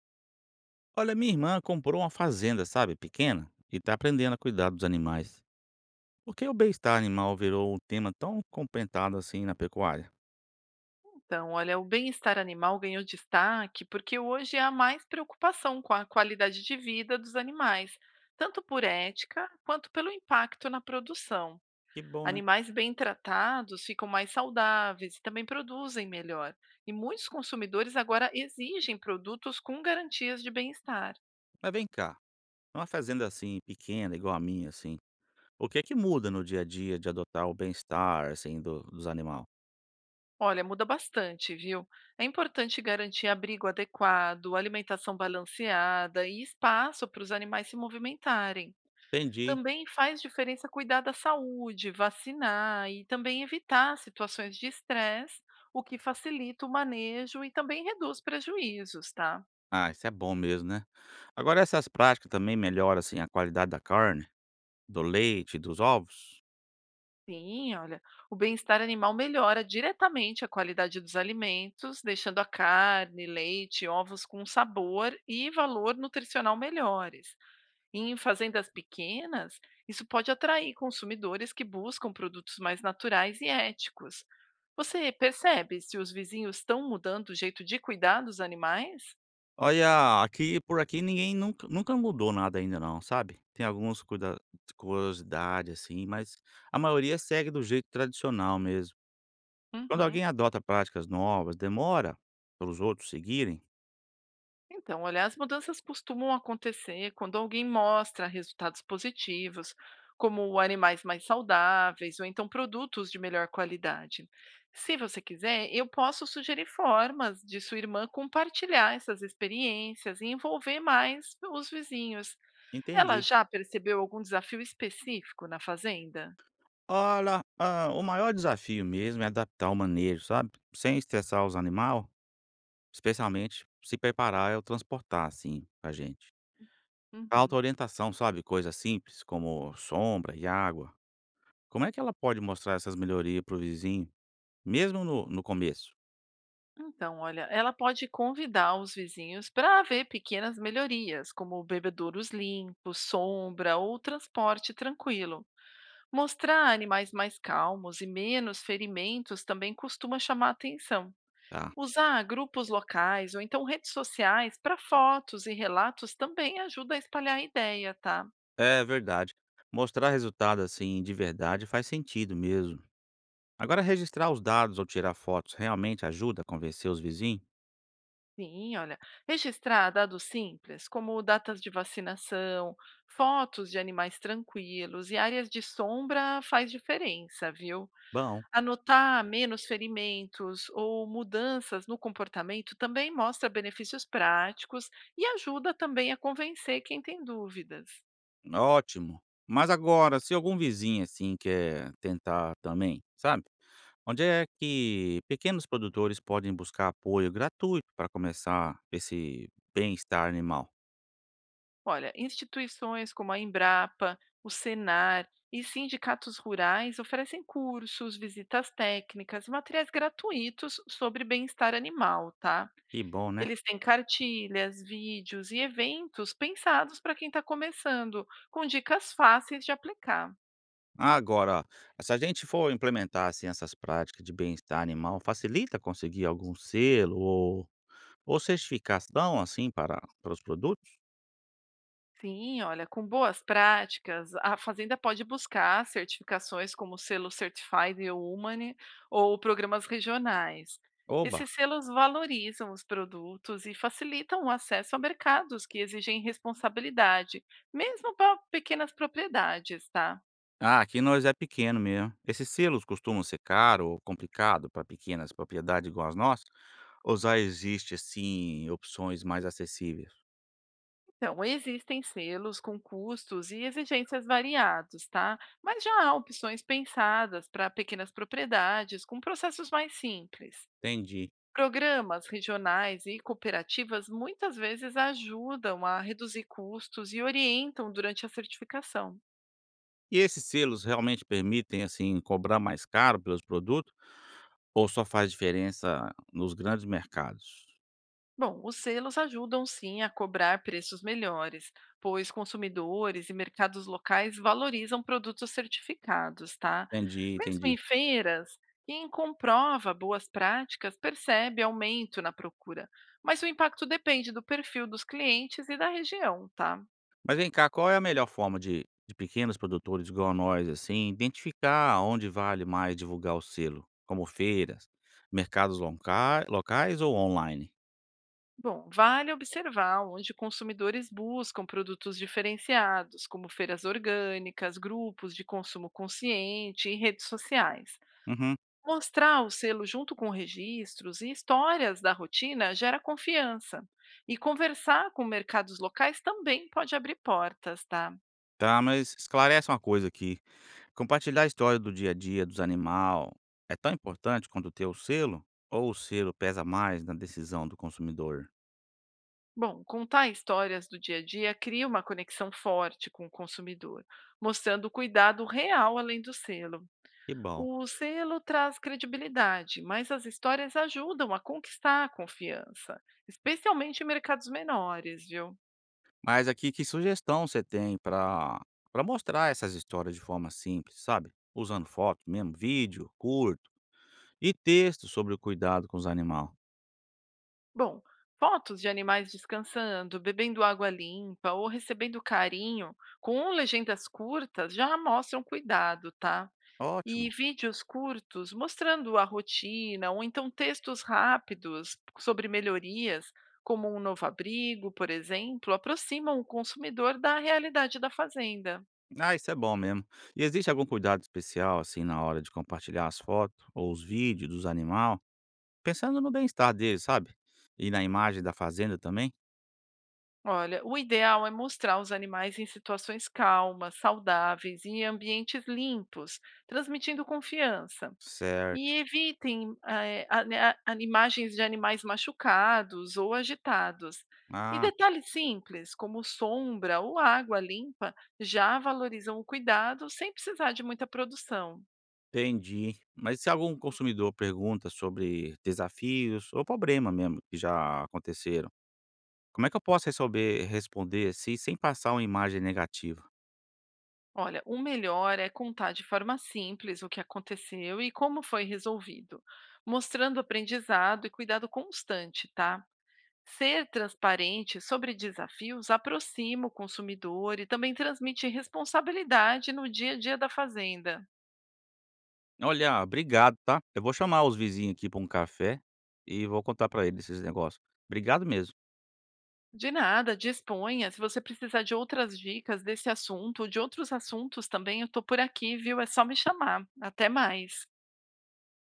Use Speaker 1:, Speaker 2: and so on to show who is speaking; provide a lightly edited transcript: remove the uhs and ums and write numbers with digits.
Speaker 1: Olha, minha irmã comprou uma fazenda, sabe, pequena, e tá aprendendo a cuidar dos animais. Por que o bem-estar animal virou um tema tão comentado assim na pecuária?
Speaker 2: Então, olha, o bem-estar animal ganhou destaque porque hoje há mais preocupação com a qualidade de vida dos animais, tanto por ética quanto pelo impacto na produção.
Speaker 1: Que bom, né?
Speaker 2: Animais bem tratados ficam mais saudáveis e também produzem melhor. E muitos consumidores agora exigem produtos com garantias de bem-estar.
Speaker 1: Mas vem cá, numa fazenda assim, pequena, igual a minha, assim, o que é que muda no dia a dia de adotar o bem-estar, assim, dos animais?
Speaker 2: Olha, muda bastante, viu? É importante garantir abrigo adequado, alimentação balanceada e espaço para os animais se movimentarem.
Speaker 1: Entendi.
Speaker 2: Também faz diferença cuidar da saúde, vacinar e também evitar situações de estresse, o que facilita o manejo e também reduz prejuízos, tá?
Speaker 1: Ah, isso é bom mesmo, né? Agora, essas práticas também melhoram, assim, a qualidade da carne, do leite, dos ovos?
Speaker 2: Sim, olha, o bem-estar animal melhora diretamente a qualidade dos alimentos, deixando a carne, leite, ovos com sabor e valor nutricional melhores. Em fazendas pequenas, isso pode atrair consumidores que buscam produtos mais naturais e éticos. Você percebe se os vizinhos estão mudando o jeito de cuidar dos animais?
Speaker 1: Olha, aqui por aqui ninguém nunca mudou nada ainda não, sabe. Tem alguns cuida curiosidade, assim, mas a maioria segue do jeito tradicional mesmo. Quando
Speaker 2: Uhum.
Speaker 1: alguém adota práticas novas, demora para os outros seguirem?
Speaker 2: Então, olha, as mudanças costumam acontecer quando alguém mostra resultados positivos, como animais mais saudáveis ou então produtos de melhor qualidade. Se você quiser, eu posso sugerir formas de sua irmã compartilhar essas experiências e envolver mais os vizinhos. Ela
Speaker 1: Entendi.
Speaker 2: já percebeu algum desafio específico na fazenda?
Speaker 1: Olha, o maior desafio mesmo é adaptar o manejo, sabe, sem estressar os animais, especialmente se preparar ou transportar, assim, com a gente. Falta
Speaker 2: Uhum.
Speaker 1: orientação, sabe, coisas simples como sombra e água. Como é que ela pode mostrar essas melhorias pro vizinho? Mesmo no começo,
Speaker 2: Então, olha, ela pode convidar os vizinhos para ver pequenas melhorias, como bebedouros limpos, sombra ou transporte tranquilo. Mostrar animais mais calmos e menos ferimentos também costuma chamar atenção.
Speaker 1: tá.
Speaker 2: Usar grupos locais ou então redes sociais para fotos e relatos também ajuda a espalhar a ideia, tá?
Speaker 1: É verdade. Mostrar resultado, assim, de verdade faz sentido mesmo. Agora, registrar os dados ou tirar fotos realmente ajuda a convencer os vizinhos?
Speaker 2: Sim, olha, registrar dados simples, como datas de vacinação, fotos de animais tranquilos e áreas de sombra faz diferença, viu?
Speaker 1: Bom,
Speaker 2: Anotar menos ferimentos ou mudanças no comportamento também mostra benefícios práticos e ajuda também a convencer quem tem dúvidas.
Speaker 1: ótimo. Mas agora, se algum vizinho, assim, quer tentar também, sabe? Onde é que pequenos produtores podem buscar apoio gratuito para começar esse bem-estar animal?
Speaker 2: Olha, instituições como a Embrapa, o Senar e sindicatos rurais oferecem cursos, visitas técnicas e materiais gratuitos sobre bem-estar animal, tá?
Speaker 1: Que bom, né?
Speaker 2: Eles têm cartilhas, vídeos e eventos pensados para quem está começando, com dicas fáceis de aplicar.
Speaker 1: Agora, se a gente for implementar assim, essas práticas de bem-estar animal, facilita conseguir algum selo ou certificação assim para os produtos?
Speaker 2: Sim, olha, com boas práticas, a Fazenda pode buscar certificações como o selo Certified Humane ou programas regionais.
Speaker 1: Oba!
Speaker 2: Esses selos valorizam os produtos e facilitam o acesso a mercados que exigem responsabilidade, mesmo para pequenas propriedades, tá?
Speaker 1: Ah, aqui nós é pequeno mesmo. Esses selos costumam ser caro ou complicado para pequenas propriedades igual as nossas? Ou já existe assim opções mais acessíveis?
Speaker 2: Então, existem selos com custos e exigências variados, tá? Mas já há opções pensadas para pequenas propriedades com processos mais simples.
Speaker 1: Entendi.
Speaker 2: Programas regionais e cooperativas muitas vezes ajudam a reduzir custos e orientam durante a certificação.
Speaker 1: E esses selos realmente permitem, assim, cobrar mais caro pelos produtos ou só faz diferença nos grandes mercados?
Speaker 2: Bom, os selos ajudam sim a cobrar preços melhores, pois consumidores e mercados locais valorizam produtos certificados, tá?
Speaker 1: Entendi,
Speaker 2: Mesmo em
Speaker 1: entendi.
Speaker 2: feiras, quem comprova boas práticas percebe aumento na procura, mas o impacto depende do perfil dos clientes e da região, tá?
Speaker 1: Mas vem cá, qual é a melhor forma de pequenos produtores igual a nós, assim, identificar onde vale mais divulgar o selo? Como feiras, mercados lonca locais ou online?
Speaker 2: Bom, vale observar onde consumidores buscam produtos diferenciados, como feiras orgânicas, grupos de consumo consciente e redes sociais.
Speaker 1: Uhum.
Speaker 2: Mostrar o selo junto com registros e histórias da rotina gera confiança. E conversar com mercados locais também pode abrir portas, tá?
Speaker 1: Tá, mas esclarece uma coisa aqui. Compartilhar a história do dia a dia dos animal é tão importante quanto ter o selo? Ou o selo pesa mais na decisão do consumidor?
Speaker 2: Bom, contar histórias do dia a dia cria uma conexão forte com o consumidor, mostrando o cuidado real além do selo.
Speaker 1: Que bom.
Speaker 2: O selo traz credibilidade, mas as histórias ajudam a conquistar a confiança, especialmente em mercados menores, viu?
Speaker 1: Mas aqui, que sugestão você tem para mostrar essas histórias de forma simples, sabe? Usando foto mesmo, vídeo curto e texto sobre o cuidado com os animais.
Speaker 2: Bom, fotos de animais descansando, bebendo água limpa ou recebendo carinho, com legendas curtas, já mostram cuidado, tá? E
Speaker 1: Ótimo.
Speaker 2: vídeos curtos mostrando a rotina, ou então textos rápidos sobre melhorias, como um novo abrigo, por exemplo, aproximam o consumidor da realidade da fazenda.
Speaker 1: Ah, isso é bom mesmo. E existe algum cuidado especial, assim, na hora de compartilhar as fotos ou os vídeos dos animais, pensando no bem-estar deles, sabe? E na imagem da fazenda também?
Speaker 2: Olha, o ideal é mostrar os animais em situações calmas, saudáveis e em ambientes limpos, transmitindo confiança. E
Speaker 1: Certo.
Speaker 2: evitem imagens de animais machucados ou agitados. E
Speaker 1: Ah,
Speaker 2: detalhes simples, como sombra ou água limpa, já valorizam o cuidado sem precisar de muita produção.
Speaker 1: entendi. Mas se algum consumidor pergunta sobre desafios ou problema mesmo que já aconteceram, como é que eu posso resolver responder assim, sem passar uma imagem negativa?
Speaker 2: Olha, o melhor é contar de forma simples o que aconteceu e como foi resolvido, mostrando aprendizado e cuidado constante, tá? Ser transparente sobre desafios aproxima o consumidor e também transmite responsabilidade no dia a dia da fazenda.
Speaker 1: "Olha, obrigado, tá? Eu vou chamar os vizinhos aqui para um café e vou contar para eles esses negócios. Obrigado mesmo."
Speaker 2: De nada, disponha. Se você precisar de outras dicas desse assunto ou de outros assuntos também, eu estou por aqui, viu? É só me chamar. Até mais.